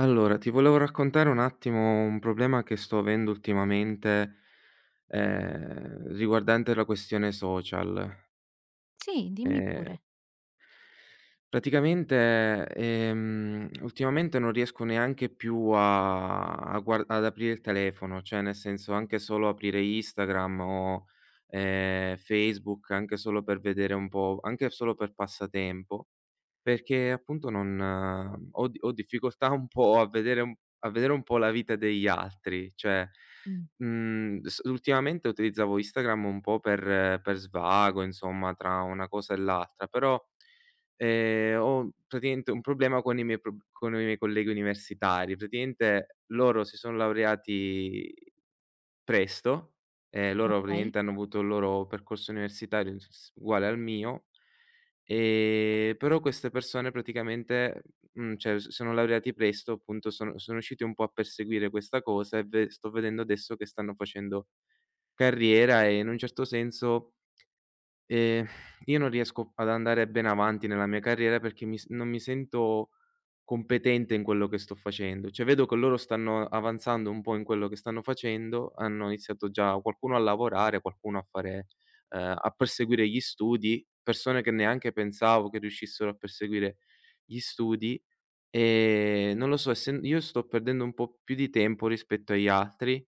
Allora, ti volevo raccontare un attimo un problema che sto avendo ultimamente, riguardante la questione social. Sì, dimmi Ehm, pure. praticamente, ultimamente non riesco neanche più a a guar ad aprire il telefono, cioè nel senso anche solo aprire Instagram o, Facebook, anche solo per vedere un po', anche solo per passatempo, perché appunto non ho difficoltà un po' a vedere un, a vedere un po' la vita degli altri. Cioè, Mh. mhmm, s ultimamente utilizzavo Instagram un po' per svago, insomma, tra una cosa e l'altra. Però, ho praticamente un problema con i miei prob con i miei colleghi universitari. Praticamente loro si son laureati presto. Loro Okay. praticamente hanno avuto il loro percorso universitario s s uguale al mio, però queste persone praticamente, cioè s sono laureati presto, appunto sono riusciti un po' a perseguire questa cosa, e ve sto vedendo adesso che stanno facendo carriera. E in un certo senso, Ehm, io non riesco ad andare bene avanti nella mia carriera perché mi s non mi sento competente in quello che sto facendo. Cioè vedo che loro stanno avanzando un po' in quello che stanno facendo, hanno iniziato già qualcuno a lavorare, qualcuno a fare, a perseguire gli studi, persone che neanche pensavo che riuscissero a perseguire gli studi. Non lo so, essen io sto perdendo un po' più di tempo rispetto agli altri.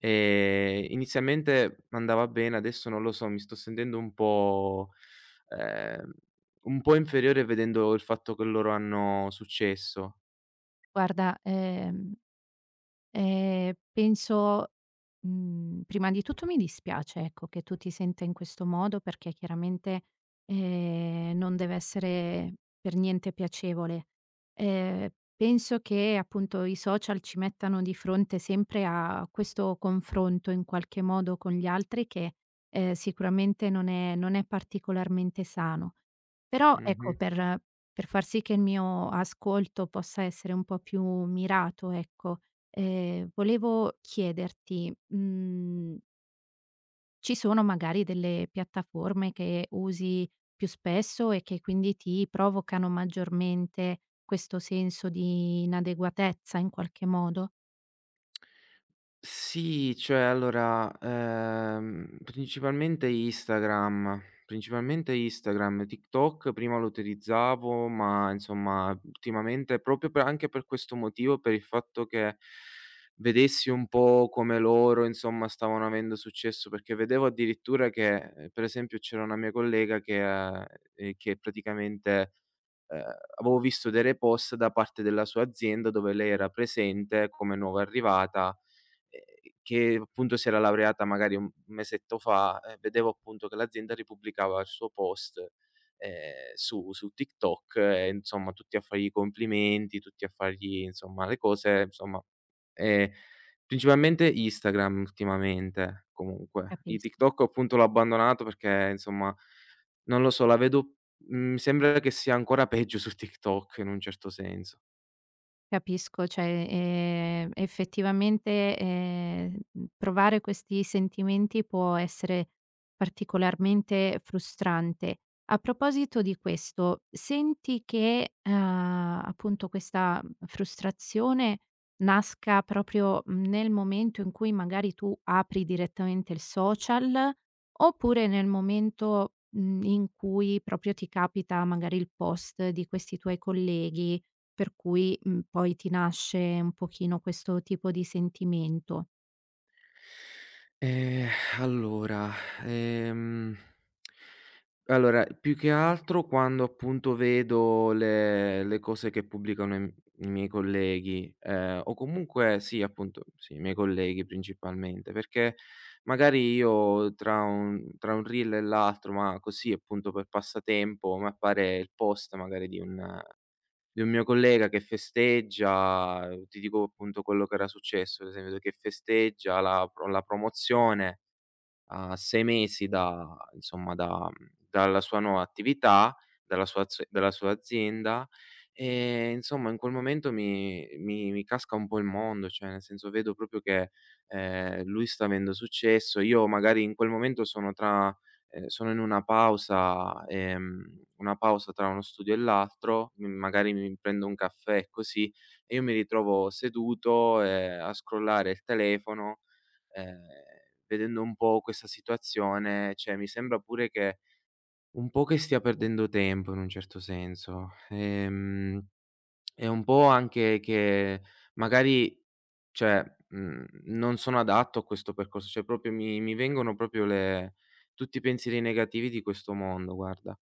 Inizialmente andava bene, adesso non lo so, mi sto sentendo un po', ehm, un po' inferiore vedendo il fatto che loro hanno successo. Guarda, penso prima di tutto mi dispiace, ecco, che tu ti senta in questo modo perché chiaramente, non deve essere per niente piacevole. Ehm, penso che appunto i social ci mettano di fronte sempre a questo confronto in qualche modo con gli altri che, sicuramente non è particolarmente sano. Però ecco, Mh-mh. per far sì che il mio ascolto possa essere un po' più mirato, ecco, volevo chiederti, ci sono magari delle piattaforme che usi più spesso e che quindi ti provocano maggiormente questo senso di inadeguatezza in qualche modo? Sì, cioè allora, principalmente Instagram, principalmente Instagram. TikTok prima lo utilizzavo, ma insomma ultimamente proprio per, anche per questo motivo, per il fatto che vedessi un po' come loro insomma stavano avendo successo, perché vedevo addirittura che, per esempio c'era una mia collega che, ehm, che praticamente, ehm, avevo visto dei repost da parte della sua azienda dove lei era presente come nuova arrivata, ehm, che appunto si era laureata magari un mesetto fa, e vedevo appunto che l'azienda ripubblicava il suo post, su TikTok, e insomma tutti a fargli i complimenti, tutti a fargli insomma le cose, insomma, ehm, principalmente Instagram ultimamente comunque. I Capis TikTok appunto l'ho abbandonato perché insomma, non lo so, la vedo, mi sembra che sia ancora peggio su TikTok in un certo senso. Capisco, cioè, effettivamente, provare questi sentimenti può essere particolarmente frustrante. A proposito di questo, senti che, appunto questa frustrazione nasca proprio nel momento in cui magari tu apri direttamente il social, oppure nel momento, in cui proprio ti capita magari il post di questi tuoi colleghi per cui, poi ti nasce un pochino questo tipo di sentimento. Ehm, allora, ehm allora, più che altro quando appunto vedo le cose che pubblicano i miei colleghi, o comunque sì, appunto, sì, i miei colleghi principalmente, perché magari io tra un reel e l'altro, ma così appunto per passatempo, mi appare il post magari di un, di un mio collega che festeggia, ti dico appunto quello che era successo, ad esempio, che festeggia la promozione a 6 mesi da insomma, dalla sua nuova attività, dalla sua azienda, e insomma in quel momento mi casca un po' il mondo. Cioè nel senso, vedo proprio che, lui sta avendo successo, io magari in quel momento sono tra, sono in una pausa tra uno studio e l'altro, m magari mi prendo un caffè e così, e io mi ritrovo seduto, a scrollare il telefono, ehm, vedendo un po' questa situazione. Cioè mi sembra pure che un po' che stia perdendo tempo in un certo senso, e un po' anche che magari, cioè, non sono adatto a questo percorso. Cioè proprio mi vengono proprio le tutti i pensieri negativi di questo mondo, guarda.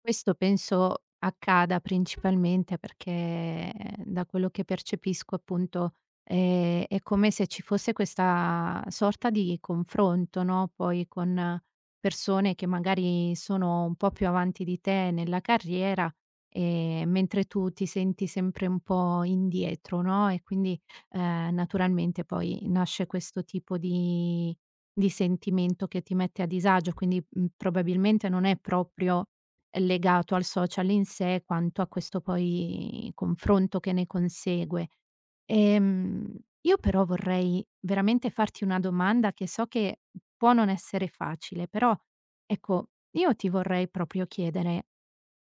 Questo penso accada principalmente perché da quello che percepisco appunto, è come se ci fosse questa sorta di confronto, no, poi con persone che magari sono un po' più avanti di te nella carriera, mentre tu ti senti sempre un po' indietro, no, e quindi, naturalmente poi nasce questo tipo di sentimento che ti mette a disagio, quindi, probabilmente non è proprio legato al social in sé, quanto a questo poi confronto che ne consegue. Ehm, io però vorrei veramente farti una domanda che so che può non essere facile, però ecco, io ti vorrei proprio chiedere: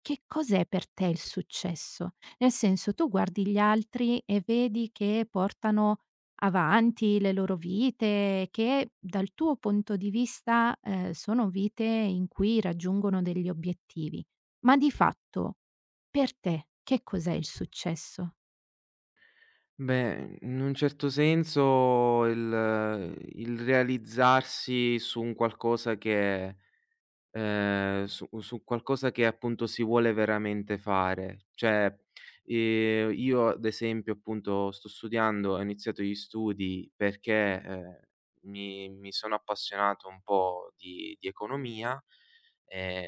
che cos'è per te il successo? Nel senso, tu guardi gli altri e vedi che portano avanti le loro vite, che dal tuo punto di vista, sono vite in cui raggiungono degli obiettivi. Ma di fatto, per te che cos'è il successo? Beh, in un certo senso, il realizzarsi su un qualcosa che, su qualcosa che appunto si vuole veramente fare. Cioè, io ad esempio appunto sto studiando, ho iniziato gli studi perché, mi sono appassionato un po' di economia, ehm,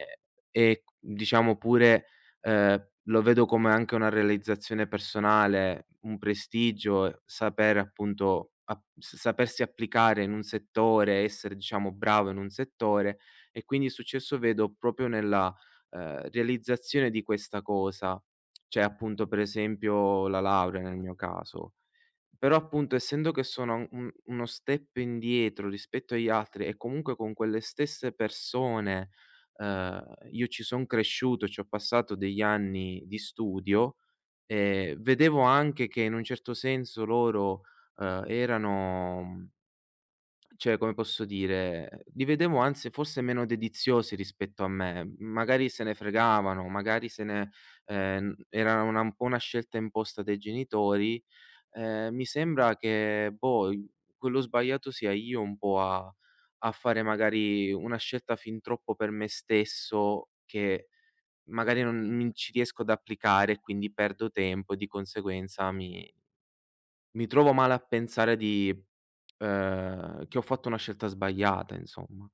e diciamo pure, lo vedo come anche una realizzazione personale, un prestigio, saper appunto ap s sapersi applicare in un settore, essere diciamo bravo in un settore, e quindi il successo vedo proprio nella, realizzazione di questa cosa, cioè appunto per esempio la laurea nel mio caso. Però appunto essendo che sono uno step indietro rispetto agli altri, e comunque con quelle stesse persone, ehm, io ci son cresciuto, ci ho passato degli anni di studio, vedevo anche che in un certo senso loro, erano, cioè, come posso dire, li vedevo anzi forse meno dediziosi rispetto a me. Magari se ne fregavano, magari se ne, era una, un po' una scelta imposta dai genitori. Mi sembra che, boh, i quello sbagliato sia io, un po' a fare magari una scelta fin troppo per me stesso, che magari non ci riesco ad applicare, e quindi perdo tempo, e di conseguenza mi trovo male a pensare di, che ho fatto una scelta sbagliata, insomma.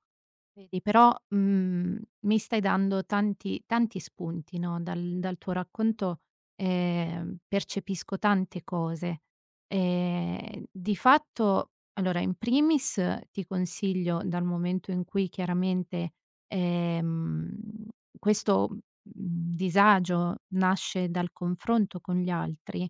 Vedi, però, mi stai dando tanti spunti, no, dal tuo racconto, percepisco tante cose. Di fatto allora, in primis ti consiglio, dal momento in cui chiaramente, ehm, questo, disagio nasce dal confronto con gli altri,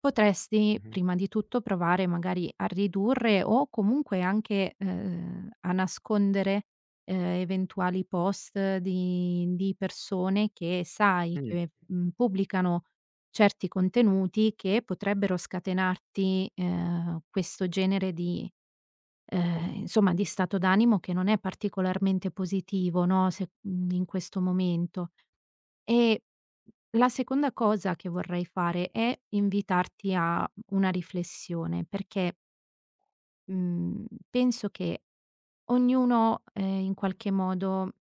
potresti Mh-mh. prima di tutto provare magari a ridurre o comunque anche, a nascondere eventuali post di persone che sai Mh, che, pubblicano certi contenuti che potrebbero scatenarti, questo genere di insomma di stato d'animo che non è particolarmente positivo, no, se in questo momento. E la seconda cosa che vorrei fare è invitarti a una riflessione, perché, mhmm, penso che ognuno, in qualche modo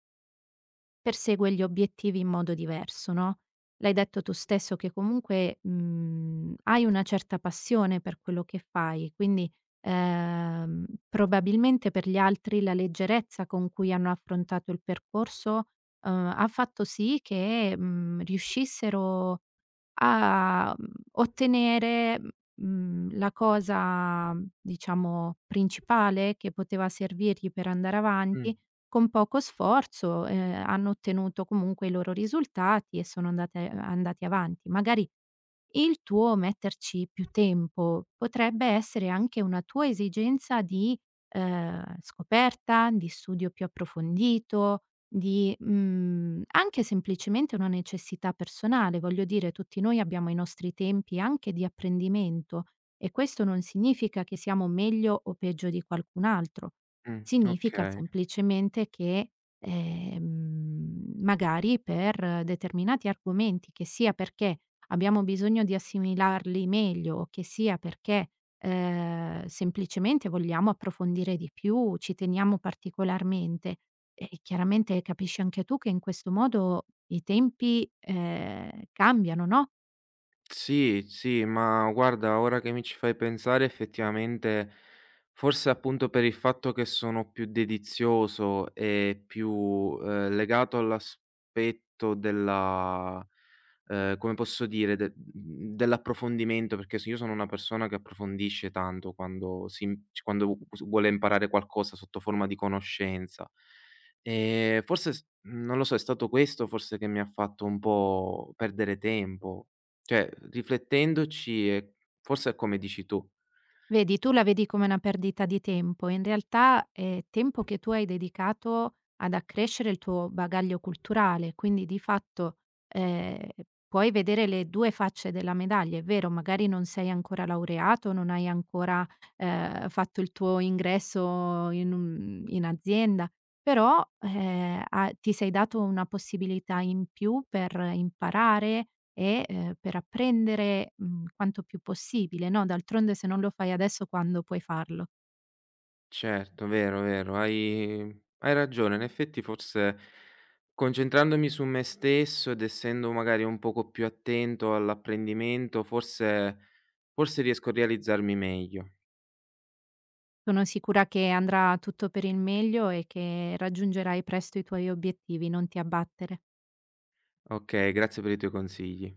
persegue gli obiettivi in modo diverso, no, l'hai detto tu stesso che comunque, hai una certa passione per quello che fai, quindi, probabilmente per gli altri la leggerezza con cui hanno affrontato il percorso, ha fatto sì che, riuscissero a, ottenere, la cosa, diciamo, principale che poteva servirgli per andare mh, avanti, con poco sforzo, hanno ottenuto comunque i loro risultati e sono andate andati avanti. Magari il tuo metterci più tempo potrebbe essere anche una tua esigenza di, scoperta, di studio più approfondito, di, anche semplicemente una necessità personale. Voglio dire, tutti noi abbiamo i nostri tempi anche di apprendimento e questo non significa che siamo meglio o peggio di qualcun altro. Significa okay. semplicemente che, magari per determinati argomenti, che sia perché abbiamo bisogno di assimilarli meglio, che sia perché, semplicemente vogliamo approfondire di più, ci teniamo particolarmente. E chiaramente capisci anche tu che in questo modo i tempi, cambiano, no. Sì, sì, ma guarda, ora che mi ci fai pensare, effettivamente, forse appunto per il fatto che sono più dedizioso e più, legato all'aspetto della, come posso dire, dell'approfondimento, perché s io sono una persona che approfondisce tanto quando si im c quando u s vuole imparare qualcosa sotto forma di conoscenza. Forse s non lo so, è stato questo forse che mi ha fatto un po' perdere tempo. Cioè, riflettendoci, e forse è come dici tu. Vedi, tu la vedi come una perdita di tempo, in realtà è tempo che tu hai dedicato ad accrescere il tuo bagaglio culturale, quindi di fatto, ehm, puoi vedere le 2 facce della medaglia. È vero, magari non sei ancora laureato, non hai ancora, fatto il tuo ingresso in un in azienda, però, ha ti sei dato una possibilità in più per imparare, e, per apprendere, quanto più possibile, no, d'altronde se non lo fai adesso quando puoi farlo? Certo, vero, vero, hai ragione. In effetti forse concentrandomi su me stesso ed essendo magari un poco più attento all'apprendimento, forse, forse riesco a realizzarmi meglio. Sono sicura che andrà tutto per il meglio e che raggiungerai presto i tuoi obiettivi, non ti abbattere. Okay, grazie per i tuoi consigli.